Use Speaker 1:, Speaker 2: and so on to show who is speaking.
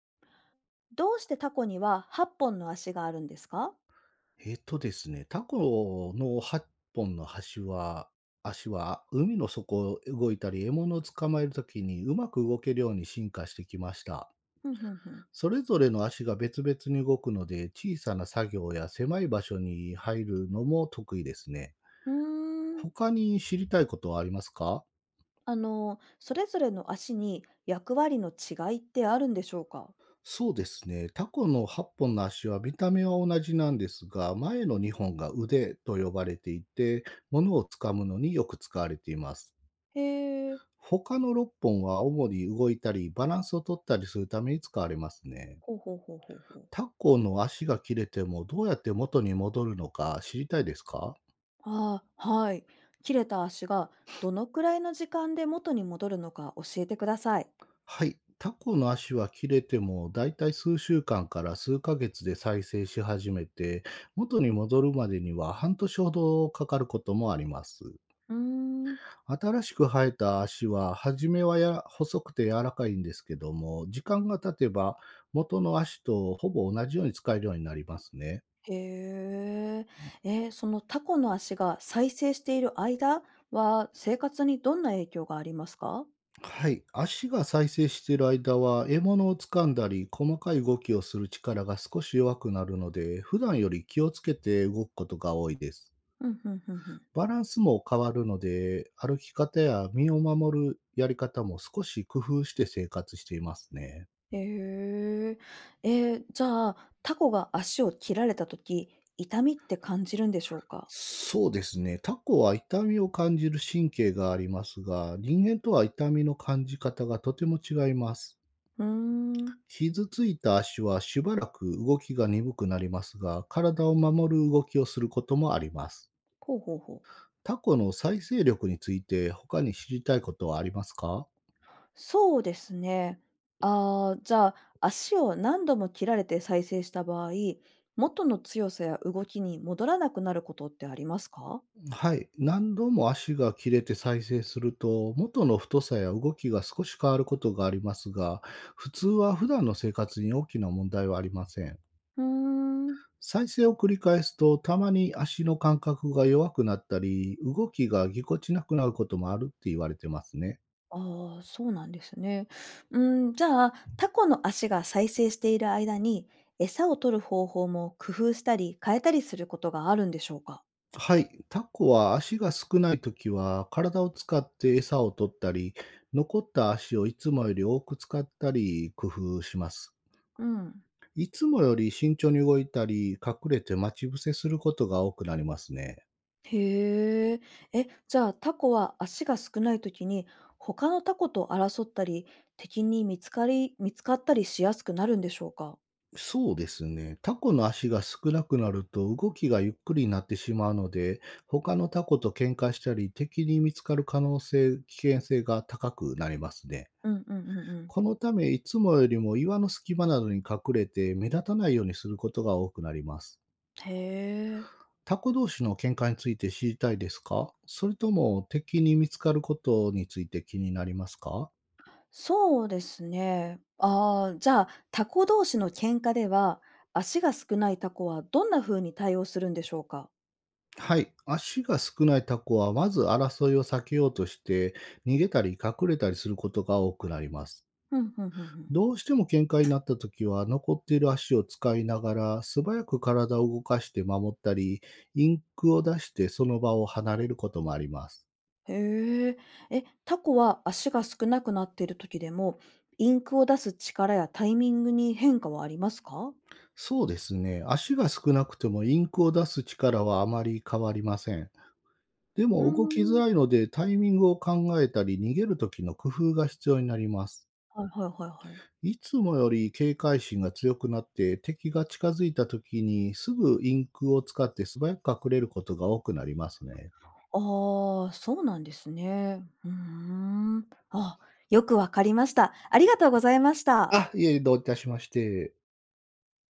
Speaker 1: どうしてタコには8本の足があるんですか？
Speaker 2: ですね、タコの8本の足は海の底を動いたり、獲物を捕まえるときにうまく動けるように進化してきました。
Speaker 1: ふんふんふん。
Speaker 2: それぞれの足が別々に動くので、小さな作業や狭い場所に入るのも得意ですね。
Speaker 1: うーん。
Speaker 2: 他に知りたいことはありますか？
Speaker 1: あの、それぞれの足に役割の違いってあるんでしょうか？
Speaker 2: そうですね。タコの8本の足は見た目は同じなんですが、前の2本が腕と呼ばれていて、物を掴むのによく使われています。
Speaker 1: へえ。
Speaker 2: 他の6本は主に動いたり、バランスを取ったりするために使われますね。
Speaker 1: ほうほうほうほうほう。
Speaker 2: タコの足が切れてもどうやって元に戻るのか知りたいですか？
Speaker 1: ああ、はい。切れた足がどのくらいの時間で元に戻るのか教えてください。
Speaker 2: はい。タコの足は切れてもだいたい数週間から数ヶ月で再生し始めて、元に戻るまでには半年ほどかかることもあります。
Speaker 1: うーん。
Speaker 2: 新しく生えた足は、初めはや細くて柔らかいんですけども、時間が経てば元の足とほぼ同じように使えるようになりますね。
Speaker 1: へえ。そのタコの足が再生している間は生活にどんな影響がありますか？
Speaker 2: はい。足が再生している間は、獲物を掴んだり、細かい動きをする力が少し弱くなるので、普段より気をつけて動くことが多いです。
Speaker 1: うんうんうんうん。
Speaker 2: バランスも変わるので、歩き方や身を守るやり方も少し工夫して生活していますね。
Speaker 1: へえ。えじゃあ、タコが足を切られた時、痛みって感じるんでしょうか？
Speaker 2: そうですね。タコは痛みを感じる神経がありますが、人間とは痛みの感じ方がとても違います。
Speaker 1: ふーん。
Speaker 2: 傷ついた足はしばらく動きが鈍くなりますが、体を守る動きをすることもあります。
Speaker 1: ほうほうほう。
Speaker 2: タコの再生力について他に知りたいことはありますか？
Speaker 1: そうですね。ああ、じゃあ、足を何度も切られて再生した場合、元の強さや動きに戻らなくなることってありますか？
Speaker 2: はい。何度も足が切れて再生すると、元の太さや動きが少し変わることがありますが、普通は普段の生活に大きな問題はありません。
Speaker 1: ふーん。
Speaker 2: 再生を繰り返すと、たまに足の感覚が弱くなったり、動きがぎこちなくなることもあるって言われてますね。
Speaker 1: ああ、そうなんですね。うーん、じゃあ、タコの足が再生している間に、餌を取る方法も工夫したり変えたりすることがあるんでしょうか？
Speaker 2: はい。タコは足が少ないときは、体を使って餌を取ったり、残った足をいつもより多く使ったり、工夫します。
Speaker 1: うん。
Speaker 2: いつもより慎重に動いたり、隠れて待ち伏せすることが多くなりますね。
Speaker 1: へえ。え、じゃあタコは足が少ない時に他のタコと争ったり、敵に見つかったりしやすくなるんでしょうか？
Speaker 2: そうですね。タコの足が少なくなると動きがゆっくりになってしまうので、他のタコと喧嘩したり、敵に見つかる可能性、危険性が高くなりますね。
Speaker 1: うんうんうんうん。
Speaker 2: このため、いつもよりも岩の隙間などに隠れて目立たないようにすることが多くなります。
Speaker 1: へえ。
Speaker 2: タコ同士の喧嘩について知りたいですか？それとも敵に見つかることについて気になりますか？
Speaker 1: そうですね。ああ、じゃあタコ同士の喧嘩では、足が少ないタコはどんな風に対応するんでしょうか？
Speaker 2: はい。足が少ないタコは、まず争いを避けようとして、逃げたり隠れたりすることが多くなります。
Speaker 1: ふんふんふんふん。
Speaker 2: どうしても喧嘩になった時は、残っている足を使いながら、素早く体を動かして守ったり、インクを出してその場を離れることもあります。
Speaker 1: へえ。え、タコは足が少なくなっている時でも、インクを出す力やタイミングに変化はありますか？
Speaker 2: そうですね。足が少なくてもインクを出す力はあまり変わりません。で
Speaker 1: うー
Speaker 2: も動きづ
Speaker 1: ん。
Speaker 2: らいのでタイミングを考えたり逃げる時の工夫が必要になります。
Speaker 1: はいはいはいはい。
Speaker 2: いつもより警戒心が強くなって敵が近づいた時にすぐインクを使って素早く隠れることが多くなりますね。
Speaker 1: ああ、そうなんですね。うーん。あ、よくわかりました。ありがとうございました。
Speaker 2: あ、いえ、どういたしまして。